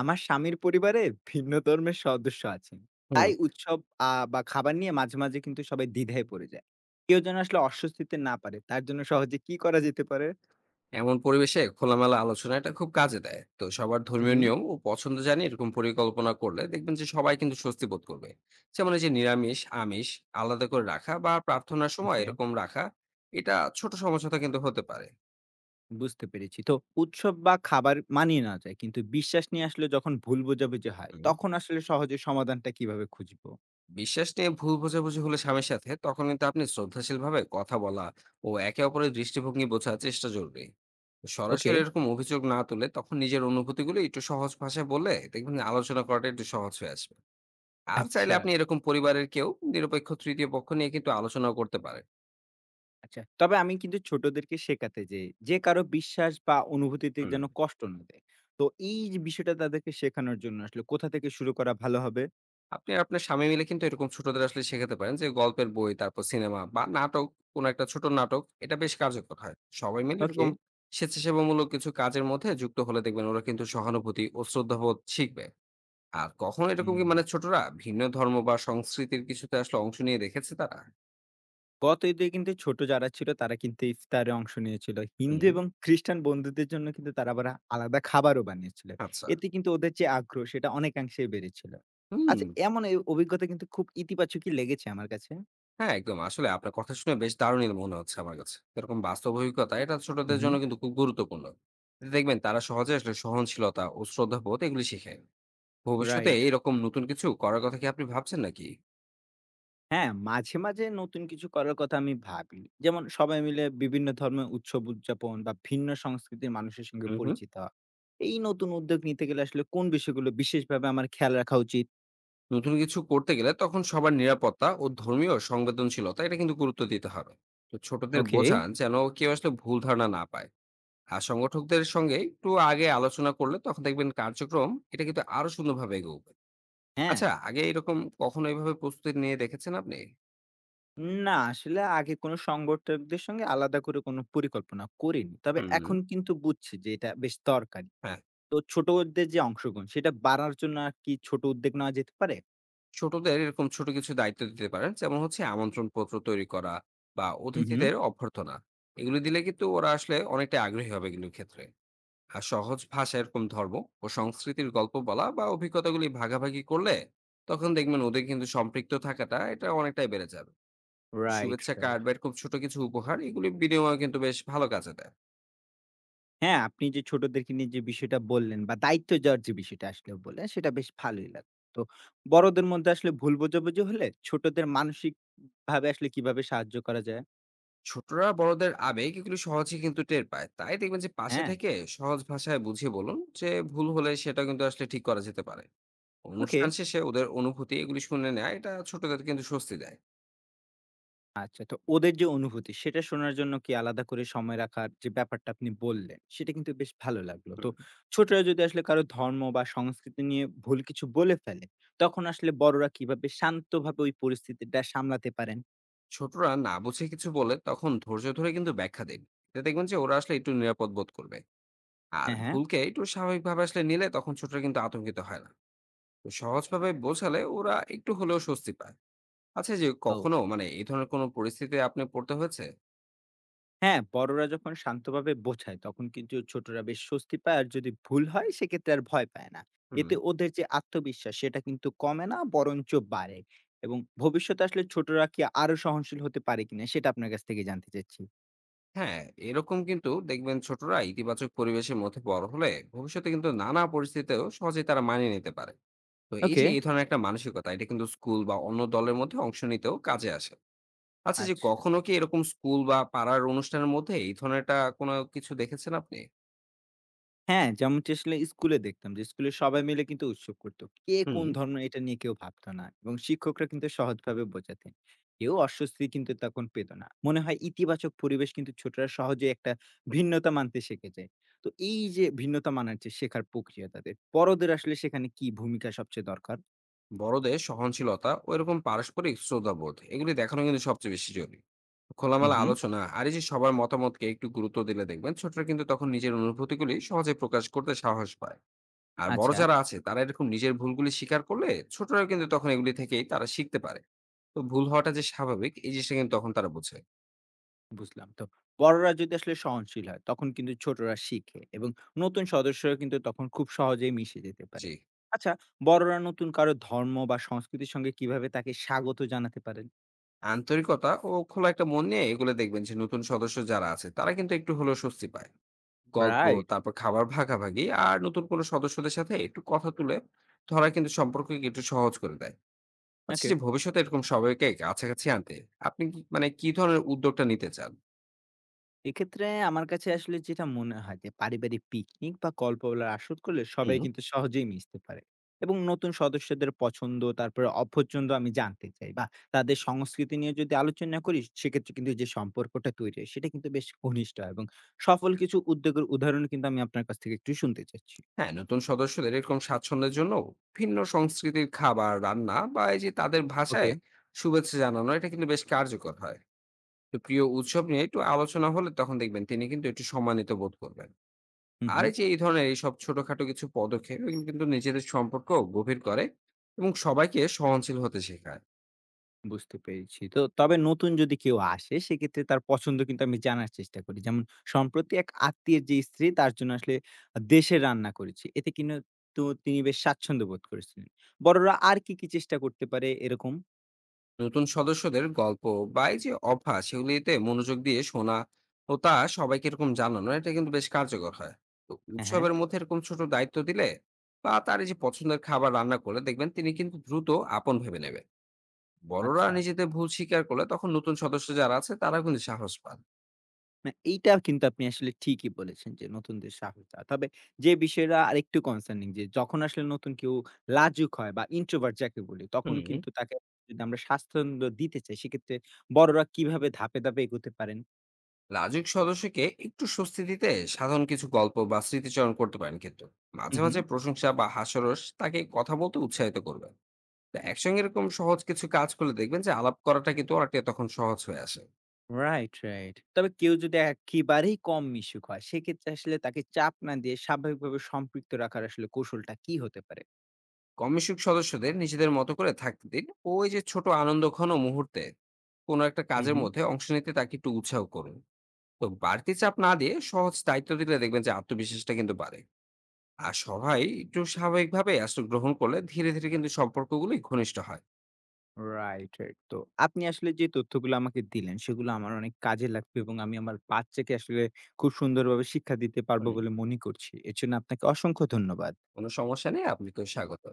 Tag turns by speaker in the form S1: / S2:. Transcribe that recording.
S1: আমার স্বামীর পরিবারে ভিন্ন ধর্মের সদস্য আছেন।
S2: হুম।
S1: তাই উৎসব বা খাবার নিয়ে মাঝে, মাঝে কিন্তু সবাই দ্বিধায় পড়ে যায়। কেউ যেন আসলে অস্বস্তিতে না পারে, তার জন্য সহজে কি করা যেতে পারে?
S2: এমন পরিবেশে খোলামেলা আলোচনা এটা খুব কাজে দেয়। তো সবার ধর্মীয়
S1: হুম,
S2: নিয়ম ও পছন্দ জানিয়ে এরকম পরিকল্পনা করলে দেখবেন যে সবাই কিন্তু স্বস্তি বোধ করবে। যেমন এই যে নিরামিষ, আমিষ আলাদা করে রাখা বা প্রার্থনার সময়
S1: ওকে।
S2: এরকম রাখা এটা ছোট সমঝোতা কিন্তু হতে পারে।
S1: বুঝতে পেরেছি। তো উৎসব বা খাবার মানিয়ে নেওয়া যায়। কিন্তু বিশ্বাস নিয়ে আসলে যখন ভুল বোঝাবুঝি হয়,
S2: হুম।
S1: তখন আসলে সহজে সমাধানটা কিভাবে খুঁজবো?
S2: বিশ্বাস নিয়ে ভুল বোঝাবুঝি হলে স্বামীর সাথে তখন কিন্তু আপনি শ্রদ্ধাশীলভাবে কথা বলা ও একে অপরের দৃষ্টিভঙ্গি বোঝার চেষ্টা জরুরি।
S1: ওকে,
S2: সরাসরি এরকম অভিযোগ না তুলে তখন নিজের অনুভূতিগুলো একটু সহজ ভাষায় বললে দেখবেন যে আলোচনা করাটা একটু সহজ হয়ে আসবে। আর চাইলে
S1: আচ্ছা।
S2: আপনি এরকম পরিবারের কেউ নিরপেক্ষ তৃতীয় পক্ষ নিয়ে কিন্তু আলোচনাও করতে পারেন।
S1: আচ্ছা। তবে আমি কিন্তু ছোটদেরকে শেখাতে যে, যে কারো বিশ্বাস বা অনুভূতিতে
S2: হুম।
S1: যেন কষ্ট না দেয়। তো এই যে বিষয়টা তাদেরকে শেখানোর জন্য আসলে কোথা থেকে শুরু করা ভালো হবে?
S2: আপনি আর আপনার স্বামী মিলে কিন্তু এরকম ছোটদের আসলে শেখাতে পারেন যে গল্পের বই, তারপর সিনেমা বা নাটক, কোন একটা ছোট নাটক এটা বেশ কার্যকর হয়। সবাই মিলে
S1: ওকে।
S2: এরকম স্বেচ্ছাসেবামূলক কিছু কাজের মধ্যে যুক্ত হলে দেখবেন ওরা কিন্তু সহানুভূতি ও শ্রদ্ধাবোধ শিখবে। আর কখনো এরকম কি
S1: হুম।
S2: মানে ছোটরা ভিন্ন ধর্ম বা সংস্কৃতির কিছুতে আসলে অংশ নিয়ে দেখেছে তারা?
S1: গত ঈদে কিন্তু ছোট যারা ছিল তারা কিন্তু ইফতারে অংশ নিয়েছিল। হিন্দু
S2: হুম।
S1: এবং খ্রিস্টান বন্ধুদের জন্য কিন্তু তারা আবার আলাদা খাবারও বানিয়েছিল।
S2: আচ্ছা।
S1: এতে কিন্তু ওদের যে আগ্রহ সেটা অনেকাংশেই বেড়েছিল।
S2: হুম।
S1: আচ্ছা এমন এই অভিজ্ঞতা কিন্তু খুব ইতিবাচকই লেগেছে আমার কাছে।
S2: হ্যাঁ, একদম। আসলে আপনার কথা শুনে বেশ দারুণই মনে হচ্ছে আমার কাছে। এরকম বাস্তব অভিজ্ঞতা এটা
S1: হুম,
S2: ছোটদের জন্য
S1: হুম।
S2: কিন্তু খুব গুরুত্বপূর্ণ। এতে দেখবেন তারা সহজে আসলে সহনশীলতা ও শ্রদ্ধাবোধ এগুলি শিখে। ভবিষ্যতে
S1: রাইট।
S2: এরকম নতুন কিছু করার কথা কি আপনি ভাবছেন নাকি?
S1: হ্যাঁ, মাঝে, মাঝে নতুন কিছু করার কথা আমি ভাবি। যেমন সবাই মিলে বিভিন্ন ধর্মের উৎসব উদযাপন বা ভিন্ন সংস্কৃতির মানুষের সঙ্গে
S2: হুম, হুম।
S1: পরিচিত হওয়া। এই নতুন উদ্যোগ নিতে গেলে আসলে কোন বিষয়গুলো বিশেষভাবে আমার খেয়াল রাখা উচিত?
S2: নতুন কিছু করতে গেলে তখন সবার নিরাপত্তা ও ধর্মীয় সংবেদনশীলতা এটা কিন্তু গুরুত্ব দিতে হবে। তো ছোটদের
S1: ওকে,
S2: বোঝান যেন কেউ আসলে ভুল ধারণা না পায়। আর সংগঠকদের সঙ্গে একটু আগে আলোচনা করলে তখন দেখবেন কার্যক্রম এটা কিন্তু আরো সুন্দরভাবে এগোবে।
S1: হ্যাঁ।
S2: আচ্ছা, আগে এরকম কখনো এভাবে প্রস্তুতি নিয়ে দেখেছেন আপনি?
S1: না, আসলে আগে কোনো সংগঠকদের সঙ্গে আলাদা করে কোনো পরিকল্পনা করিনি। তবে
S2: হুম।
S1: এখন কিন্তু বুঝছি যে এটা বেশ দরকারি।
S2: হ্যাঁ,
S1: তো ছোটদের যে অংশগ্রহণ সেটা বাড়ার জন্য আর কি ছোট উদ্যোগ নেওয়া যেতে পারে?
S2: ছোটদের এরকম ছোট কিছু দায়িত্ব দিতে পারেন। যেমন হচ্ছে আমন্ত্রণ পত্র তৈরি করা বা
S1: হুম, হুম।
S2: অতিথিদের অভ্যর্থনা। এগুলো দিলে কিন্তু ওরা আসলে অনেকটাই আগ্রহী হবে এগুলোর ক্ষেত্রে। আর সহজ ভাষায় এরকম ধর্ম ও সংস্কৃতির গল্প বলা বা অভিজ্ঞতাগুলি ভাগাভাগি করলে তখন দেখবেন ওদের কিন্তু সম্পৃক্ত থাকাটা এটা অনেকটাই বেড়ে যাবে।
S1: রাইট,
S2: শুভেচ্ছা কার্ড
S1: রাইট।
S2: বা এরকম ছোট কিছু উপহার এগুলি বিনিময়ে কিন্তু বেশ ভালো কাজে দেয়।
S1: হ্যাঁ, আপনি যে ছোটদেরকে নিয়ে যে বিষয়টা বললেন বা দায়িত্ব দেওয়ার যে বিষয়টা আসলে বললেন, সেটা বেশ ভালোই লাগলো। তো বড়দের মধ্যে আসলে ভুল বোঝাবুঝি হলে ছোটদের মানসিকভাবে আসলে কিভাবে সাহায্য করা যায়?
S2: ছোটরা বড়দের আবেগ এগুলো সহজে কিন্তু টের পায়, তাই দেখবেন যে পাশে
S1: হ্যাঁ,
S2: থেকে সহজ ভাষায় বুঝিয়ে বলুন যে ভুল হলে সেটা কিন্তু আসলে ঠিক করা যেতে পারে।
S1: ওকে।
S2: অনুষ্ঠান শেষে ওদের অনুভূতি এগুলি শুনে নেয়, এটা ছোটদের কিন্তু স্বস্তি দেয়।
S1: আচ্ছা, তো ওদের যে অনুভূতি সেটা শোনার জন্য কি আলাদা করে সময় রাখার যে ব্যাপারটা আপনি বললেন, সেটা কিন্তু বেশ ভালো লাগলো। তো
S2: হুম,
S1: ছোটরা যদি আসলে কারো ধর্ম বা সংস্কৃতি নিয়ে ভুল কিছু বলে ফেলে, তখন আসলে বড়রা কিভাবে শান্তভাবে ওই পরিস্থিতিটা সামলাতে পারেন?
S2: ছোটরা না বুঝে কিছু বলে তখন ধৈর্য ধরে কিন্তু ব্যাখ্যা দিন। এটা দেখবেন যে ওরা আসলে একটু নিরাপদ বোধ করবে। আর
S1: হ্যাঁ, হ্যাঁ।
S2: ভুলকে একটু স্বাভাবিকভাবে আসলে নিলে তখন ছোটরা কিন্তু আতঙ্কিত হয় না। তো সহজভাবে বোঝালে ওরা একটু হলেও স্বস্তি পায়। আচ্ছা, যে
S1: ও।
S2: কখনো এই ধরনের কোনো পরিস্থিতিতে আপনি পড়তে হয়েছে?
S1: হ্যাঁ, বড়রা যখন শান্তভাবে বোঝায় তখন কিন্তু ছোটরা বেশ স্বস্তি পায় আর যদি ভুল হয় সেক্ষেত্রে আর ভয় পায় না।
S2: হুম।
S1: এতে ওদের যে আত্মবিশ্বাস সেটা কিন্তু কমে না বরঞ্চ বাড়ে। এবং ভবিষ্যতে আসলে ছোটরা কি আরো সহনশীল হতে পারে কিনা সেটা আপনার কাছ থেকে জানতে চাচ্ছি।
S2: হ্যাঁ, এরকম কিন্তু দেখবেন ছোটরা ইতিবাচক পরিবেশের মধ্যে বড় হলে ভবিষ্যতে কিন্তু নানা পরিস্থিতিতেও সহজেই তারা মানিয়ে নিতে পারে। তো এই
S1: ওকে।
S2: যে এই ধরনের একটা মানসিকতা এটা কিন্তু স্কুল বা অন্য দলের মধ্যে অংশ নিতেও কাজে আসে। আচ্ছা, যে
S1: আচ্ছা।
S2: কখনো কি এরকম স্কুল বা পাড়ার অনুষ্ঠানের মধ্যে এই ধরনেরটা কোনো কিছু দেখেছেন আপনি?
S1: হ্যাঁ, যেমনটি আসলে স্কুলে দেখতাম যে স্কুলে সবাই মিলে কিন্তু উৎসব করত। কে
S2: হুম।
S1: কোন ধর্ম এটা নিয়ে কেউ ভাবত না এবং শিক্ষকরা কিন্তু সহজভাবে বোঝাতেন। কেউ অস্বস্তি কিন্তু তখন পেত না। মনে হয় ইতিবাচক পরিবেশ কিন্তু ছোটরা সহজে একটা ভিন্নতা মানতে শিখে যায়। তো এই যে ভিন্নতা মানার যে শেখার প্রক্রিয়া তাদের, বড়দের আসলে সেখানে কি ভূমিকা সবচেয়ে দরকার?
S2: বড়দের সহনশীলতা ও এরকম পারস্পরিক শ্রদ্ধাবোধ এগুলি দেখানো কিন্তু সবচেয়ে বেশি জরুরি।
S1: হু,
S2: খোলামেলা
S1: হু।
S2: আলোচনা আর এই যে সবার মতামতকে একটু গুরুত্ব দিলে দেখবেন ছোটরা কিন্তু তখন নিজের অনুভূতিগুলি সহজে প্রকাশ করতে সাহস পায়। আর বড়
S1: আচ্ছা।
S2: যারা আছে তারা এরকম নিজের ভুলগুলি স্বীকার করলে ছোটরাও কিন্তু তখন এগুলি থেকেই তারা শিখতে পারে। তো ভুল হওয়াটা যে স্বাভাবিক এই জিনিসটা কিন্তু তখন তারা বোঝে।
S1: বুঝলাম। তো বড়রা যদি আসলে সহনশীল হয়, তখন কিন্তু ছোটরা শিখে এবং নতুন সদস্যরা কিন্তু তখন খুব সহজেই মিশে যেতে
S2: জি,
S1: পারে। আচ্ছা, বড়রা নতুন কারো ধর্ম বা সংস্কৃতির সঙ্গে কিভাবে তাকে স্বাগত জানাতে পারেন?
S2: আন্তরিকতা ও খোলা একটা মন নিয়ে এগুলো দেখবেন যে নতুন সদস্য যারা আছে তারা কিন্তু একটু হলেও স্বস্তি পায়। গল্প,
S1: রাইট।
S2: তারপর খাবার ভাগাভাগি আর নতুন কোনো সদস্যদের সাথে একটু কথা তুলে ধরা কিন্তু সম্পর্ককে একটু সহজ করে দেয়। আচ্ছা,
S1: ওকে।
S2: যে ভবিষ্যতে এরকম সবাইকে কাছাকাছি আনতে আপনি কি ধরনের উদ্যোগটা নিতে চান?
S1: এক্ষেত্রে আমার কাছে আসলে যেটা মনে হয় যে পারিবারিক পিকনিক বা গল্প বলার আসর করলে সবাই
S2: হুম।
S1: কিন্তু সহজেই মিশতে পারে এবং নতুন সদস্যদের পছন্দ তারপরে অপছন্দ আমি জানতে চাই বা তাদের সংস্কৃতি নিয়ে যদি আলোচনা করি সেক্ষেত্রে কিন্তু যে সম্পর্কটা তৈরি হয় সেটা কিন্তু বেশ ঘনিষ্ঠ হয় এবং সফল কিছু উদ্যোগের উদাহরণ কিন্তু আমি আপনার কাছ থেকে একটু শুনতে চাচ্ছি।
S2: হ্যাঁ, নতুন সদস্যদের এরকম স্বাচ্ছন্দ্যের জন্য ভিন্ন সংস্কৃতির খাবার রান্না বা এই যে তাদের
S1: ওকে।
S2: ভাষায় শুভেচ্ছা জানানো এটা কিন্তু বেশ কার্যকর হয়। তো প্রিয় উৎসব নিয়ে একটু আলোচনা হলে তখন দেখবেন তিনি কিন্তু একটু সম্মানিত বোধ করবেন।
S1: হুম,
S2: আর
S1: হুম।
S2: এই যে এই ধরনের এইসব ছোটখাটো কিছু পদক্ষেপ এগুলো কিন্তু নিজেদের সম্পর্ক গভীর করে এবং সবাইকে সহনশীল হতে শেখায়।
S1: বুঝতে পেরেছি। তো তবে নতুন যদি কেউ আসে সেক্ষেত্রে তার পছন্দ কিন্তু আমি জানার চেষ্টা করি। যেমন সম্প্রতি এক আত্মীয়ের যে স্ত্রী তার জন্য আসলে দেশে রান্না করেছি। এতে কিনা তো তিনি বেশ স্বাচ্ছন্দ্য বোধ করেছিলেন। বড়রা আর কি, কি চেষ্টা করতে পারে এরকম?
S2: নতুন সদস্যদের গল্প বা এই যে অভ্যাস সেগুলিতে মনোযোগ দিয়ে শোনা ও তা সবাইকে এরকম জানানো এটা কিন্তু বেশ কার্যকর হয়। তো
S1: হ্যাঁ, হ্যাঁ।
S2: উৎসবের মধ্যে এরকম ছোট দায়িত্ব দিলে বা তার এই যে পছন্দের খাবার রান্না করলে দেখবেন তিনি কিন্তু দ্রুত আপন ভেবে নেবে। বড়রা
S1: আচ্ছা।
S2: নিজেদের ভুল স্বীকার করলে তখন নতুন সদস্য যারা আছে তারা কিন্তু সাহস পান।
S1: না এইটা কিন্তু আপনি আসলে ঠিকই বলেছেন যে নতুনদের সাহস দেওয়া। তবে যে বিষয়টা আরেকটু কনসার্নিং যে যখন আসলে নতুন কেউ লাজুক হয় বা ইন্ট্রোভার্ট যাকে বলি তখন
S2: হুম।
S1: কিন্তু তাকে যদি আমরা স্বাচ্ছন্দ্য দিতে চাই সেক্ষেত্রে বড়রা কিভাবে ধাপে, ধাপে এগোতে পারেন?
S2: লাজুক সদস্যকে একটু স্বস্তি দিতে সাধারণ কিছু গল্প বা স্মৃতিচারণ করতে পারেন কিন্তু মাঝে
S1: হুম, হুম।
S2: মাঝে প্রশংসা বা হাস্যরস তাকে কথা বলতে উৎসাহিত করবে। তো একসঙ্গে এরকম সহজ কিছু কাজ করলে দেখবেন যে আলাপ করাটা কিন্তু অনেকটা তখন সহজ হয়ে আসে।
S1: Right, right. তবে কেউ যদি একেবারেই কম মিশুক হয়, সেক্ষেত্রে আসলে তাকে চাপ না দিয়ে স্বাভাবিকভাবে সম্পৃক্ত রাখার আসলে কৌশলটা কি হতে পারে?
S2: কমিশক সদস্যদের নিজেদের মতো করে থাকতে দিন ও ওই যে ছোট আনন্দঘন মুহূর্তে কোনো একটা
S1: হুম,
S2: কাজের
S1: হুম।
S2: মধ্যে অংশ নিতে তাকে একটু উৎসাহ করুন। তো বাড়তি চাপ না দিয়ে সহজ দায়িত্ব দিলে দেখবেন যে আত্মবিশ্বাসটা কিন্তু বাড়ে। আর সবাই একটু স্বাভাবিকভাবে আসলে গ্রহণ করলে ধীরে ধীরে কিন্তু সম্পর্কগুলোই ঘনিষ্ঠ হয়।
S1: Right, right. তো আপনি আসলে যে তথ্যগুলো আমাকে দিলেন, সেগুলো আমার অনেক কাজে লাগবে এবং আমি আমার বাচ্চাকে আসলে খুব সুন্দরভাবে শিক্ষা দিতে পারবো
S2: হুম,
S1: বলে মনে করছি। এর জন্য আপনাকে অসংখ্য ধন্যবাদ।
S2: কোনো সমস্যা নেই। আপনাকেও স্বাগত।